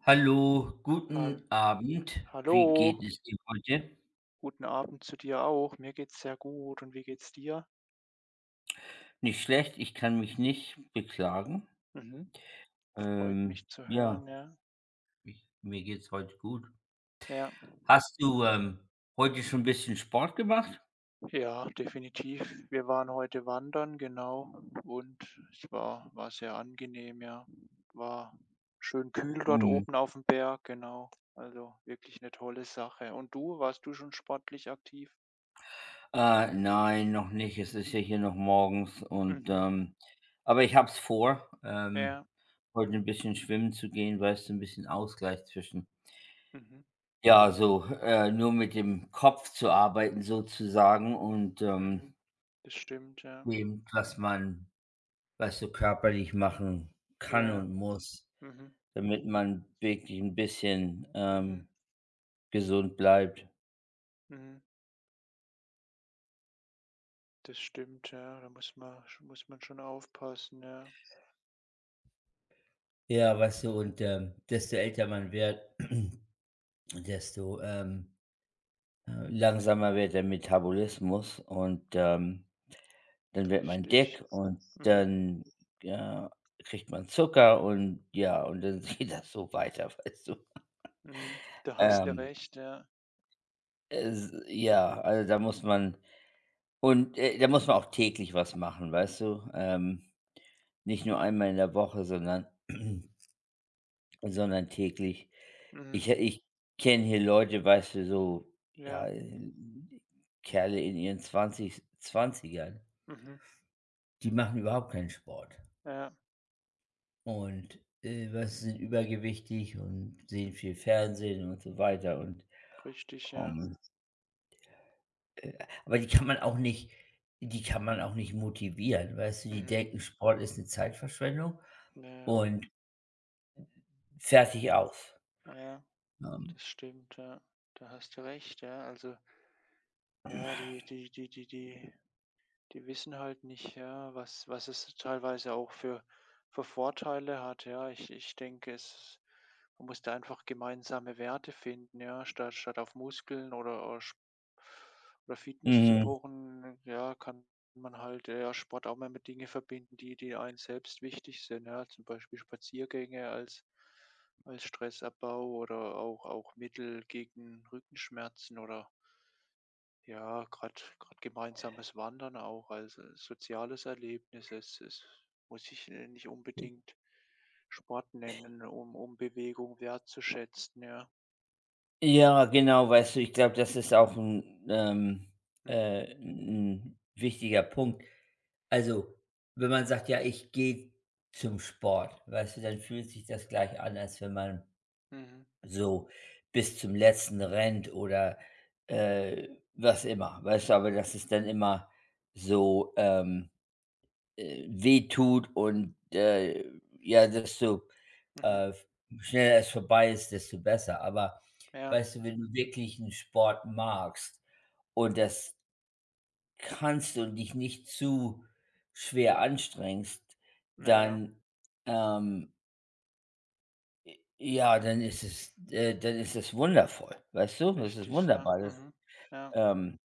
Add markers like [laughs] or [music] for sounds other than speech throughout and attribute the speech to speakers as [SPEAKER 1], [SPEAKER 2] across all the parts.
[SPEAKER 1] Hallo,
[SPEAKER 2] Hal
[SPEAKER 1] guten Abend. Wie
[SPEAKER 2] hallo,
[SPEAKER 1] geht es dir heute?
[SPEAKER 2] guten Abend zu dir auch. Mir geht's sehr gut und wie geht's dir?
[SPEAKER 1] Nicht schlecht, ich kann mich nicht beklagen.
[SPEAKER 2] Mhm, freut
[SPEAKER 1] Ähm,
[SPEAKER 2] mich zu
[SPEAKER 1] ja,
[SPEAKER 2] hören, ja.
[SPEAKER 1] ich, mir geht's heute gut.
[SPEAKER 2] Ja,
[SPEAKER 1] Hast du heute schon ein bisschen Sport gemacht?
[SPEAKER 2] ja, definitiv. Wir waren heute wandern, genau, und es war sehr angenehm, ja. War schön kühl dort
[SPEAKER 1] Mhm.
[SPEAKER 2] oben auf dem Berg, genau. Also, wirklich eine tolle Sache. Und du, warst du schon sportlich aktiv?
[SPEAKER 1] Nein, noch nicht. Es ist ja hier noch morgens und
[SPEAKER 2] Mhm,
[SPEAKER 1] ähm, aber ich hab's vor,
[SPEAKER 2] ja,
[SPEAKER 1] heute ein bisschen schwimmen zu gehen, weißt du, ein bisschen Ausgleich zwischen.
[SPEAKER 2] mhm,
[SPEAKER 1] Ja, so nur mit dem Kopf zu arbeiten sozusagen und
[SPEAKER 2] mhm. Das stimmt, ja.
[SPEAKER 1] dem, was man, weißt du, körperlich machen kann
[SPEAKER 2] Ja,
[SPEAKER 1] und muss,
[SPEAKER 2] mhm,
[SPEAKER 1] damit man wirklich ein bisschen,
[SPEAKER 2] mhm,
[SPEAKER 1] gesund bleibt.
[SPEAKER 2] mhm. Das stimmt, ja, da muss man schon aufpassen, ja.
[SPEAKER 1] Ja, weißt du, und, desto älter man wird, [clears throat] desto, langsamer wird der Metabolismus und, dann wird man
[SPEAKER 2] Richtig.
[SPEAKER 1] dick und
[SPEAKER 2] Mhm,
[SPEAKER 1] dann, ja, kriegt man Zucker und ja, und dann [laughs] geht das so weiter, weißt du?
[SPEAKER 2] mhm. Da hast du
[SPEAKER 1] Ähm,
[SPEAKER 2] recht, ja.
[SPEAKER 1] also, da muss man. Und, da muss man auch täglich was machen, weißt du? Nicht nur einmal in der Woche, sondern [clears throat] sondern täglich.
[SPEAKER 2] Mhm,
[SPEAKER 1] Ich kenne hier Leute, weißt du, so, ja,
[SPEAKER 2] ja,
[SPEAKER 1] Kerle in ihren zwanzig 20,
[SPEAKER 2] mhm,
[SPEAKER 1] die machen überhaupt keinen Sport
[SPEAKER 2] ja,
[SPEAKER 1] und, weißt, sind übergewichtig und sehen viel Fernsehen und so weiter, und,
[SPEAKER 2] richtig, ja.
[SPEAKER 1] ähm, äh aber die kann man auch nicht motivieren, weißt du? Die
[SPEAKER 2] Mhm,
[SPEAKER 1] denken, Sport ist eine Zeitverschwendung
[SPEAKER 2] ja,
[SPEAKER 1] und fertig aus.
[SPEAKER 2] ja, ja,
[SPEAKER 1] Ähm.
[SPEAKER 2] das stimmt, ja. Da hast du recht, ja. Also, ja, Die wissen halt nicht, ja, was es teilweise auch für Vorteile hat, ja. Ich denke, es man muss da einfach gemeinsame Werte finden, ja, statt auf Muskeln oder Fitness zu
[SPEAKER 1] Mhm.
[SPEAKER 2] pochen, ja, kann man halt, ja, Sport auch mal mit Dinge verbinden, die einem selbst wichtig sind, ja, zum Beispiel Spaziergänge als Stressabbau oder auch Mittel gegen Rückenschmerzen oder ja, gerade gemeinsames Wandern auch als, soziales Erlebnis. Es muss ich, nicht unbedingt Sport nennen, um Bewegung wertzuschätzen, ja.
[SPEAKER 1] Ja, genau, weißt du, ich glaube, das ist auch ein
[SPEAKER 2] Mhm.
[SPEAKER 1] 'n wichtiger Punkt. Also, wenn man sagt: „Ja, ich gehe zum Sport“, weißt du, dann fühlt sich das gleich an, als wenn man
[SPEAKER 2] Mhm.
[SPEAKER 1] so bis zum Letzten rennt oder, äh, was immer, weißt du? Aber dass es dann immer so, wehtut und, ja, dass du.
[SPEAKER 2] Mhm.
[SPEAKER 1] Äh, Schneller es vorbei ist, desto besser. Aber
[SPEAKER 2] Ja.
[SPEAKER 1] weißt du, ja, wenn du wirklich einen Sport magst und das kannst und dich nicht zu schwer anstrengst,
[SPEAKER 2] Na ja,
[SPEAKER 1] dann, ähm ja, dann ist es, dann ist es wundervoll, weißt du? Das ist
[SPEAKER 2] richtig, ja.
[SPEAKER 1] wunderbar. Das,
[SPEAKER 2] Mhm. Ja,
[SPEAKER 1] ähm,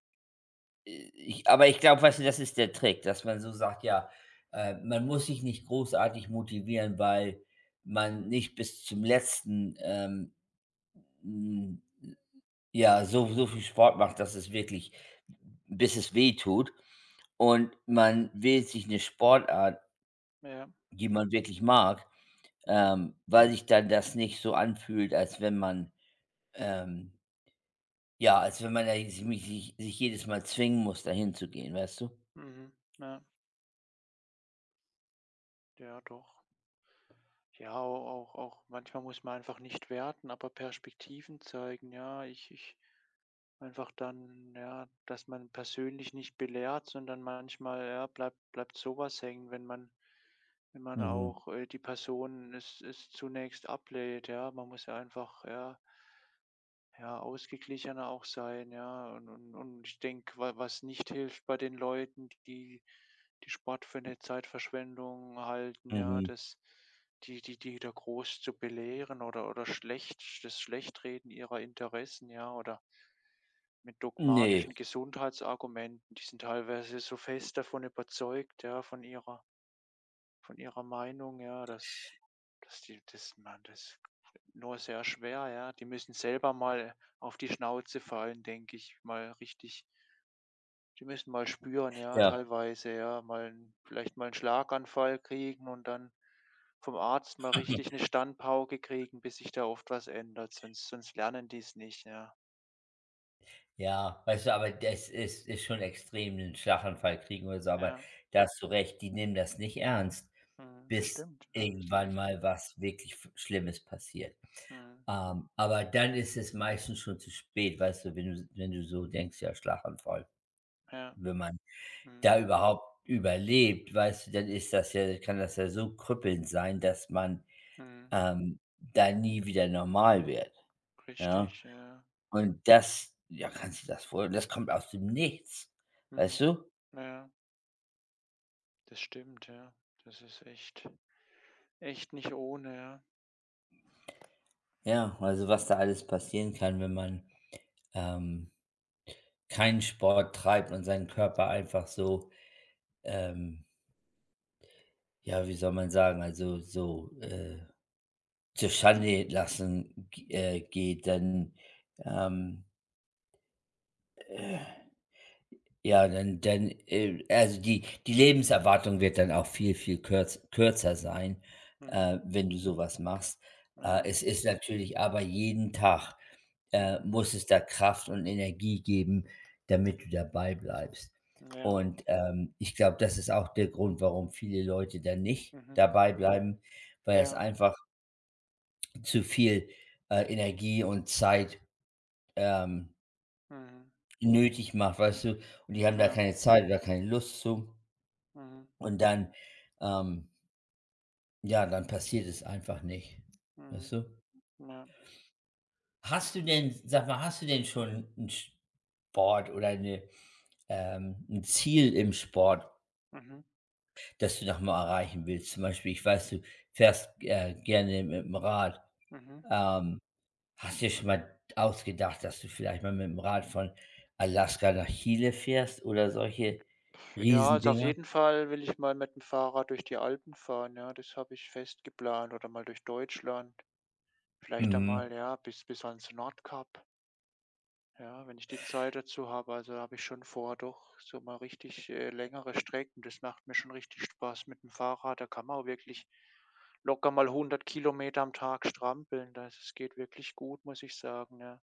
[SPEAKER 1] ich aber ich glaube, weißt du, das ist der Trick, dass man so sagt, ja, man muss sich nicht großartig motivieren, weil man nicht bis zum letzten, ähm, ja, so viel Sport macht, dass es wirklich bis es wehtut, und man wählt sich eine Sportart,
[SPEAKER 2] ja.
[SPEAKER 1] die man wirklich mag,
[SPEAKER 2] Mhm.
[SPEAKER 1] weil sich dann das nicht so anfühlt, als wenn man, ähm ja, als wenn man da sich jedes Mal zwingen muss, dahin zu gehen, weißt du?
[SPEAKER 2] Mhm. Ja. Ja, doch. Ja, au auch auch manchmal muss man einfach nicht werten, aber Perspektiven zeigen. Ja, ich einfach dann ja, dass man persönlich nicht belehrt, sondern manchmal, ja, bleibt sowas hängen, wenn man
[SPEAKER 1] Mhm,
[SPEAKER 2] auch, die Person es zunächst ablehnt, ja. Man muss ja einfach, ja ja, ausgeglichener auch sein, ja. Und ich denke, wa was nicht hilft bei den Leuten, die Sport für eine Zeitverschwendung halten, ja,
[SPEAKER 1] mhm.
[SPEAKER 2] dass die da groß zu belehren oder schlecht das Schlechtreden ihrer Interessen, ja, oder mit
[SPEAKER 1] Ne,
[SPEAKER 2] dogmatischen Gesundheitsargumenten. Die sind teilweise so fest davon überzeugt, ja, von ihrer Meinung, ja, dass die das man das nur sehr schwer, ja. Die müssen selber mal auf die Schnauze fallen, denke ich, mal richtig die müssen mal spüren, ja,
[SPEAKER 1] ja.
[SPEAKER 2] teilweise, ja, mal 'n vielleicht mal einen Schlaganfall kriegen und dann vom Arzt mal richtig eine Standpauke kriegen, bis sich da oft was ändert, sonst lernen die es nicht, ja.
[SPEAKER 1] Ja, weißt du, aber das ist, ist schon extrem, 'nen Schlaganfall kriegen oder so, aber
[SPEAKER 2] Ja,
[SPEAKER 1] da hast du recht, die nehmen das nicht ernst,
[SPEAKER 2] mhm, das
[SPEAKER 1] bis
[SPEAKER 2] stimmt, ja, das sind
[SPEAKER 1] irgendwann
[SPEAKER 2] echt
[SPEAKER 1] mal was wirklich f Schlimmes passiert.
[SPEAKER 2] mhm,
[SPEAKER 1] Aber dann ist es meistens schon zu spät, weißt du, wenn du, so denkst: „Ja, Schlaganfall.“
[SPEAKER 2] ja,
[SPEAKER 1] Wenn man
[SPEAKER 2] mhm,
[SPEAKER 1] da überhaupt überlebt, weißt du, dann ist das ja, kann das ja so krüppelnd sein, dass man,
[SPEAKER 2] mhm,
[SPEAKER 1] ähm, da nie wieder normal wird, ja?
[SPEAKER 2] richtig, ja,
[SPEAKER 1] Und das, ja, kannst du das vor, das kommt aus dem Nichts,
[SPEAKER 2] mhm,
[SPEAKER 1] weißt du?
[SPEAKER 2] ja. Das stimmt, ja. Das ist echt nicht ohne, ja.
[SPEAKER 1] Ja, also was da alles passieren kann, wenn man, ähm, keinen Sport treibt und seinen Körper einfach so, ähm, ja, wie soll man sagen, also so, zur Schande lassen g geht, dann, ähm ja, dann dann, also, die die Lebenserwartung wird dann auch viel, viel kürzer sein,
[SPEAKER 2] Mhm.
[SPEAKER 1] wenn du sowas machst.
[SPEAKER 2] Ja.
[SPEAKER 1] Es ist natürlich aber jeden Tag,
[SPEAKER 2] Mhm.
[SPEAKER 1] muss es da Kraft und Energie geben, damit du dabei bleibst.
[SPEAKER 2] Ja.
[SPEAKER 1] Und, ich glaube, das ist auch der Grund, warum viele Leute dann nicht
[SPEAKER 2] Mhm.
[SPEAKER 1] dabei bleiben, weil es
[SPEAKER 2] Ja.
[SPEAKER 1] einfach zu viel, Energie und Zeit, ähm,
[SPEAKER 2] Mhm.
[SPEAKER 1] nötig macht, weißt du? Und die haben da
[SPEAKER 2] Ja.
[SPEAKER 1] keine Zeit oder keine Lust zu.
[SPEAKER 2] Mhm.
[SPEAKER 1] Und dann, ähm ja, dann passiert es einfach nicht, weißt
[SPEAKER 2] Mhm.
[SPEAKER 1] du?
[SPEAKER 2] Ja.
[SPEAKER 1] Hast du denn Sag mal, hast du denn schon einen Sport oder eine, 'n Ziel im Sport,
[SPEAKER 2] Mhm.
[SPEAKER 1] das du noch mal erreichen willst? Zum Beispiel, ich weiß, du fährst, gerne mit dem Rad.
[SPEAKER 2] Mhm.
[SPEAKER 1] Ähm, Hast du dir schon mal ausgedacht, dass du vielleicht mal mit dem Rad von Alaska nach Chile fährst oder solche
[SPEAKER 2] Ja, also auf
[SPEAKER 1] Riesendinger?
[SPEAKER 2] jeden Fall will ich mal mit dem Fahrrad durch die Alpen fahren, ja. Das habe ich fest geplant oder mal durch Deutschland. Vielleicht einmal,
[SPEAKER 1] Mhm.
[SPEAKER 2] ja, bis ans Nordkap. Ja, wenn ich die Zeit dazu habe, also habe ich schon vor, doch so mal richtig, längere Strecken. Das macht mir schon richtig Spaß mit dem Fahrrad. Da kann man auch wirklich locker mal 100 Kilometer am Tag strampeln. Das es geht wirklich gut, muss ich sagen, ja.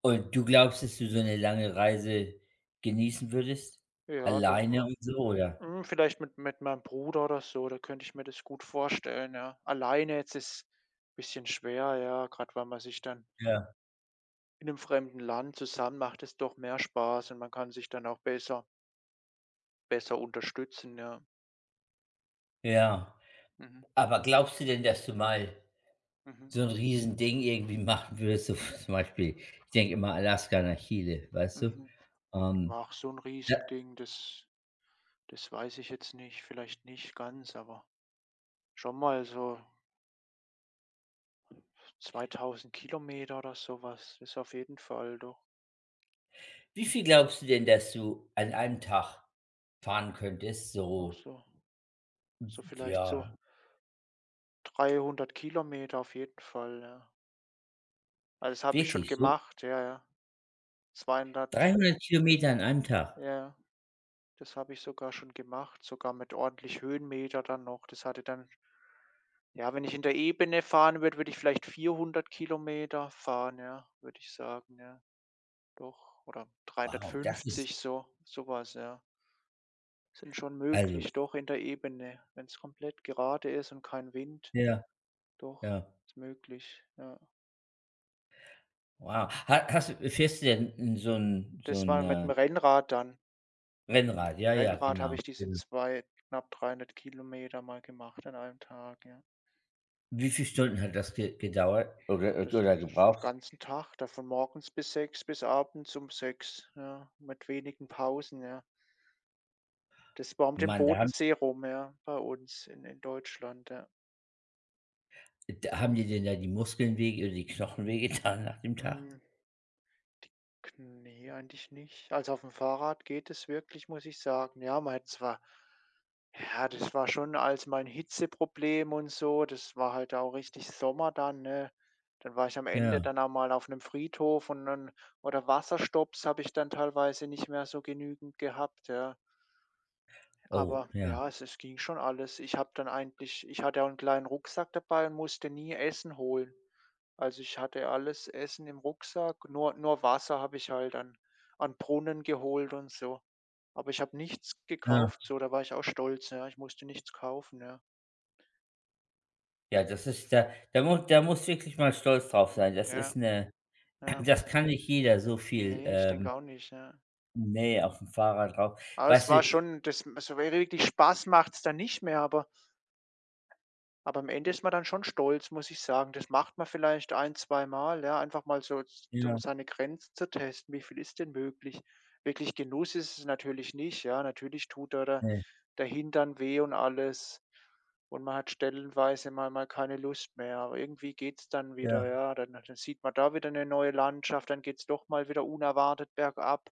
[SPEAKER 1] Und du glaubst, dass du so 'ne lange Reise genießen würdest?
[SPEAKER 2] Ja,
[SPEAKER 1] Alleine
[SPEAKER 2] doch.
[SPEAKER 1] und so, oder?
[SPEAKER 2] Vielleicht mit meinem Bruder oder so, da könnte ich mir das gut vorstellen, ja. Alleine jetzt ist ein bisschen schwer, ja, gerade weil man sich dann
[SPEAKER 1] Ja,
[SPEAKER 2] in einem fremden Land zusammen macht es doch mehr Spaß und man kann sich dann auch besser unterstützen, ja.
[SPEAKER 1] ja.
[SPEAKER 2] Mhm,
[SPEAKER 1] Aber glaubst du denn, dass du mal
[SPEAKER 2] mhm.
[SPEAKER 1] so 'n Riesending irgendwie machen würdest, so [laughs] zum Beispiel, ich denke immer Alaska nach Chile, weißt du?
[SPEAKER 2] Mhm.
[SPEAKER 1] Ähm,
[SPEAKER 2] Ach, so ein
[SPEAKER 1] ja,
[SPEAKER 2] Riesending, das weiß ich jetzt nicht, vielleicht nicht ganz, aber schon mal so 2.000 Kilometer oder sowas was ist auf jeden Fall doch
[SPEAKER 1] wie viel glaubst du denn, dass du an einem Tag fahren könntest?
[SPEAKER 2] noch
[SPEAKER 1] So,
[SPEAKER 2] so vielleicht so
[SPEAKER 1] ja,
[SPEAKER 2] 300 Kilometer auf jeden Fall, ja. Also, das habe ich schon
[SPEAKER 1] wirklich so
[SPEAKER 2] gemacht, ja, ja. 200
[SPEAKER 1] 300 Kilometer an einem Tag.
[SPEAKER 2] ja, ja, das habe ich sogar schon gemacht, sogar mit ordentlich Höhenmeter dann noch. Das hatte dann ja, wenn ich in der Ebene fahren würde, würde ich vielleicht 400 Kilometer fahren, ja, würde ich sagen, ja. Doch, oder
[SPEAKER 1] Wow, das ist,
[SPEAKER 2] 350 so, sowas ja. Sind schon
[SPEAKER 1] also,
[SPEAKER 2] möglich, doch in der Ebene, wenn es komplett gerade ist und kein Wind,
[SPEAKER 1] ja,
[SPEAKER 2] doch,
[SPEAKER 1] ja.
[SPEAKER 2] ist möglich, ja.
[SPEAKER 1] Wow. Ha hast Fährst du denn in so ein,
[SPEAKER 2] Das war mit dem Rennrad dann. Mit dem
[SPEAKER 1] Rennrad? Ja, ja,
[SPEAKER 2] Rennrad habe
[SPEAKER 1] genau,
[SPEAKER 2] ich diese
[SPEAKER 1] genau.
[SPEAKER 2] 2 knapp 300 Kilometer mal gemacht an einem Tag, ja.
[SPEAKER 1] Wie viele Stunden hat das ge gedauert
[SPEAKER 2] Das
[SPEAKER 1] oder
[SPEAKER 2] den
[SPEAKER 1] gebraucht?
[SPEAKER 2] ganzen Tag, da von morgens bis abends um 6 ja, mit wenigen Pausen, ja. Das war um den
[SPEAKER 1] Mann,
[SPEAKER 2] Bodensee rum, ja, bei uns in Deutschland, ja.
[SPEAKER 1] da haben dir denn da die Muskeln weh oder die Knochen wehgetan nach dem Tag?
[SPEAKER 2] Mhm. Die K Ne, eigentlich nicht. Also, auf dem Fahrrad geht es wirklich, muss ich sagen. Ja, man hätte zwar ja, das war schon als mein Hitzeproblem und so, das war halt auch richtig Sommer dann, ne? Dann war ich am Ende
[SPEAKER 1] Ja.
[SPEAKER 2] dann auch mal auf einem Friedhof und dann oder Wasserstopps habe ich dann teilweise nicht mehr so genügend gehabt, ja.
[SPEAKER 1] Oh,
[SPEAKER 2] Aber
[SPEAKER 1] ja.
[SPEAKER 2] ja, es ging schon alles. Ich habe dann eigentlich ich hatte auch einen kleinen Rucksack dabei und musste nie Essen holen. Also, ich hatte alles Essen im Rucksack, nur Wasser habe ich halt an Brunnen geholt und so. Aber ich habe nichts
[SPEAKER 1] Ja.
[SPEAKER 2] gekauft, so, da war ich auch stolz, ja. Ich musste nichts kaufen, ja.
[SPEAKER 1] Ja, das ist, da musst wirklich mal stolz drauf sein. Das
[SPEAKER 2] Ja,
[SPEAKER 1] ist eine, [clears throat]
[SPEAKER 2] ja.
[SPEAKER 1] das kann nicht jeder so viel,
[SPEAKER 2] Ne, ich denke auch nicht, ja.
[SPEAKER 1] Nähe auf dem Fahrrad drauf.
[SPEAKER 2] Aber es
[SPEAKER 1] Weißt du,
[SPEAKER 2] war schon das m so wirklich Spaß macht's dann nicht mehr, aber am Ende ist man dann schon stolz, muss ich sagen. Das macht man vielleicht ein, zweimal, ja, einfach mal so, z um
[SPEAKER 1] ja,
[SPEAKER 2] seine Grenzen zu testen. Wie viel ist denn möglich? Wirklich Genuss ist es natürlich nicht, ja. Natürlich tut da der
[SPEAKER 1] ne,
[SPEAKER 2] der Hintern weh und alles und man hat stellenweise mal keine Lust mehr, aber irgendwie geht's dann wieder,
[SPEAKER 1] ja,
[SPEAKER 2] ja. Dann sieht man da wieder eine neue Landschaft, dann geht's doch mal wieder unerwartet bergab.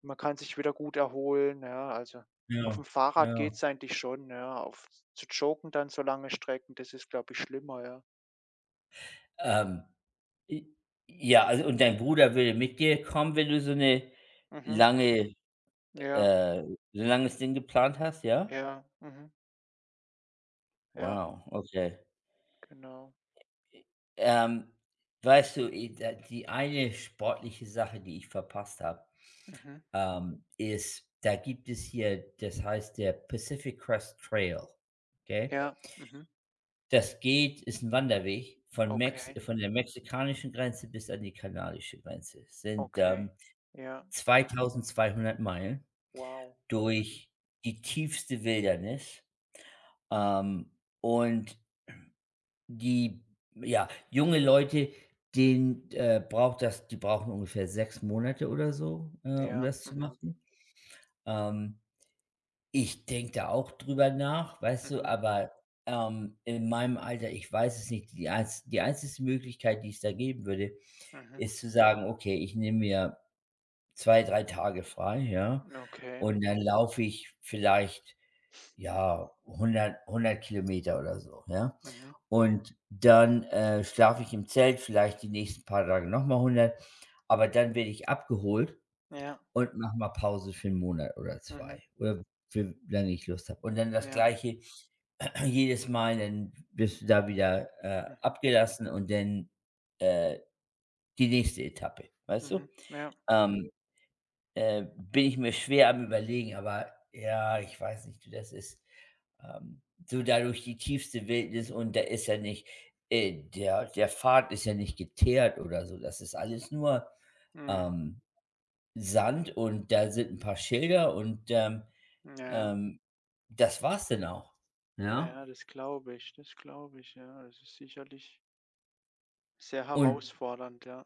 [SPEAKER 2] Man kann sich wieder gut erholen, ja, also auf
[SPEAKER 1] ja,
[SPEAKER 2] dem Fahrrad
[SPEAKER 1] ja.
[SPEAKER 2] geht's eigentlich schon, ja. Auf Zu joggen dann so lange Strecken, das ist, glaube ich, schlimmer, ja.
[SPEAKER 1] Ähm I ja, also, und dein Bruder würde mit dir kommen, wenn du so eine
[SPEAKER 2] Mhm.
[SPEAKER 1] lange,
[SPEAKER 2] Ja,
[SPEAKER 1] äh, so 'n langes Ding geplant hast, ja?
[SPEAKER 2] ja, mhm, ja,
[SPEAKER 1] Wow, okay.
[SPEAKER 2] genau.
[SPEAKER 1] Ähm, Weißt du, i da die eine sportliche Sache, die ich verpasst habe,
[SPEAKER 2] Mhm.
[SPEAKER 1] ist, da gibt es hier, das heißt der Pacific Crest Trail, okay?
[SPEAKER 2] Ja, mhm.
[SPEAKER 1] Das geht ist ein Wanderweg von Mex
[SPEAKER 2] Okay,
[SPEAKER 1] von der mexikanischen Grenze bis an die kanadische Grenze. Sind,
[SPEAKER 2] okay. Ja,
[SPEAKER 1] 2.200 Meilen
[SPEAKER 2] wow. Mhm.
[SPEAKER 1] durch die tiefste Wildnis, ähm, und die, ja, junge Leute, denen, braucht das die brauchen ungefähr 6 Monate oder so, um
[SPEAKER 2] Ja,
[SPEAKER 1] das zu
[SPEAKER 2] mhm,
[SPEAKER 1] machen. Ähm, Ich denke da auch drüber nach, weißt du,
[SPEAKER 2] mhm,
[SPEAKER 1] aber, in meinem Alter, ich weiß es nicht, die einzigste Möglichkeit, die es da geben würde,
[SPEAKER 2] mhm.
[SPEAKER 1] ist zu sagen: „Okay, ich nehme mir 2 3 Tage frei, ja,
[SPEAKER 2] Okay.
[SPEAKER 1] und dann laufe ich vielleicht ja hundert, Kilometer oder so, ja?
[SPEAKER 2] Mhm.
[SPEAKER 1] Und dann, schlafe ich im Zelt, vielleicht die nächsten paar Tage noch mal 100, aber dann werde ich abgeholt
[SPEAKER 2] Ja,
[SPEAKER 1] und mache mal Pause für 1 Monat oder
[SPEAKER 2] mhm,
[SPEAKER 1] zwei oder für wie lange ich Lust habe. Und dann das
[SPEAKER 2] ja,
[SPEAKER 1] Gleiche“, [clears throat] jedes Mal, dann bist du da wieder,
[SPEAKER 2] mhm,
[SPEAKER 1] abgelassen und dann, äh, die nächste Etappe, weißt du?
[SPEAKER 2] mhm, ja,
[SPEAKER 1] Ähm, Bin ich mir schwer am Überlegen, aber ja, ich weiß nicht, du, das ist, ähm, so, dadurch die tiefste Wildnis, und da ist ja nicht, der Pfad ist ja nicht geteert oder so. Das ist alles nur,
[SPEAKER 2] mhm.
[SPEAKER 1] ähm, Sand, und da sind ein paar Schilder und,
[SPEAKER 2] Ja,
[SPEAKER 1] ähm, das war's denn auch,
[SPEAKER 2] ja,
[SPEAKER 1] ja?
[SPEAKER 2] ja, das glaube ich, ja. Das ist sicherlich sehr
[SPEAKER 1] Und
[SPEAKER 2] herausfordernd, ja.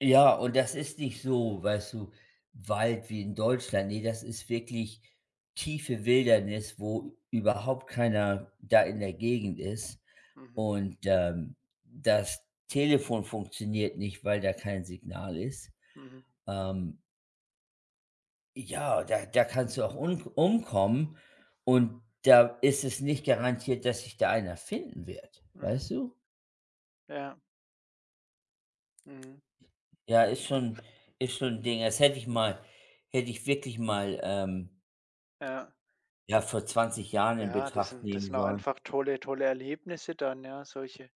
[SPEAKER 1] ja, und das ist nicht so, weißt du, Wald wie in Deutschland. Ne, das ist wirklich tiefe Wildernis, wo überhaupt keiner da in der Gegend ist.
[SPEAKER 2] Mhm,
[SPEAKER 1] Und, das Telefon funktioniert nicht, weil da kein Signal ist.
[SPEAKER 2] mhm,
[SPEAKER 1] Ähm, ja, da kannst du auch un umkommen, und da ist es nicht garantiert, dass sich da einer finden wird,
[SPEAKER 2] mhm,
[SPEAKER 1] weißt du?
[SPEAKER 2] ja, mhm,
[SPEAKER 1] Ja, ist schon ein Ding. Das hätte ich mal Hätte ich wirklich mal,
[SPEAKER 2] ja.
[SPEAKER 1] ja, vor 20 Jahren in
[SPEAKER 2] Ja, das
[SPEAKER 1] Betracht
[SPEAKER 2] sind das
[SPEAKER 1] nehmen
[SPEAKER 2] sind auch
[SPEAKER 1] sollen.
[SPEAKER 2] einfach tolle tolle Erlebnisse dann, ja, solche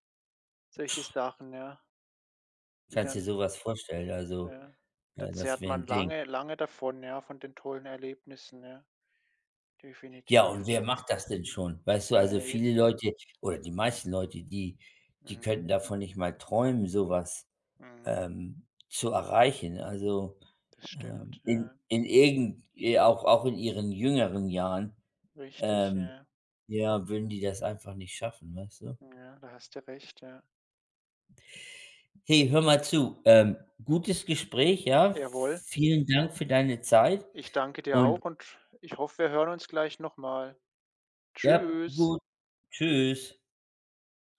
[SPEAKER 2] solche Sachen, ja, die
[SPEAKER 1] Kannst dir
[SPEAKER 2] dann
[SPEAKER 1] sowas vorstellen, also,
[SPEAKER 2] ja,
[SPEAKER 1] ja,
[SPEAKER 2] da
[SPEAKER 1] das
[SPEAKER 2] zehrt
[SPEAKER 1] wäre
[SPEAKER 2] man
[SPEAKER 1] ein Ding.
[SPEAKER 2] lange lange davon, ja, von den tollen Erlebnissen, ja,
[SPEAKER 1] Ja,
[SPEAKER 2] definitiv,
[SPEAKER 1] und wer
[SPEAKER 2] ja.
[SPEAKER 1] macht das denn schon? Weißt du, also
[SPEAKER 2] Ja,
[SPEAKER 1] viele
[SPEAKER 2] eben.
[SPEAKER 1] Leute oder die meisten Leute, die die
[SPEAKER 2] Mhm,
[SPEAKER 1] könnten davon nicht mal träumen, sowas,
[SPEAKER 2] mhm,
[SPEAKER 1] zu erreichen. Also,
[SPEAKER 2] das stimmt, ja,
[SPEAKER 1] in irgend auch, auch in ihren jüngeren Jahren,
[SPEAKER 2] richtig,
[SPEAKER 1] ähm,
[SPEAKER 2] ja.
[SPEAKER 1] ja, würden die das einfach nicht schaffen, weißt du?
[SPEAKER 2] Ja, da hast du recht, ja.
[SPEAKER 1] Hey, hör mal zu, gutes Gespräch, ja.
[SPEAKER 2] Jawohl,
[SPEAKER 1] Vielen Dank für deine Zeit
[SPEAKER 2] ich danke dir
[SPEAKER 1] und
[SPEAKER 2] auch und ich hoffe, wir hören uns gleich noch mal.
[SPEAKER 1] ja,
[SPEAKER 2] Tschüss.
[SPEAKER 1] gut. Tschüss.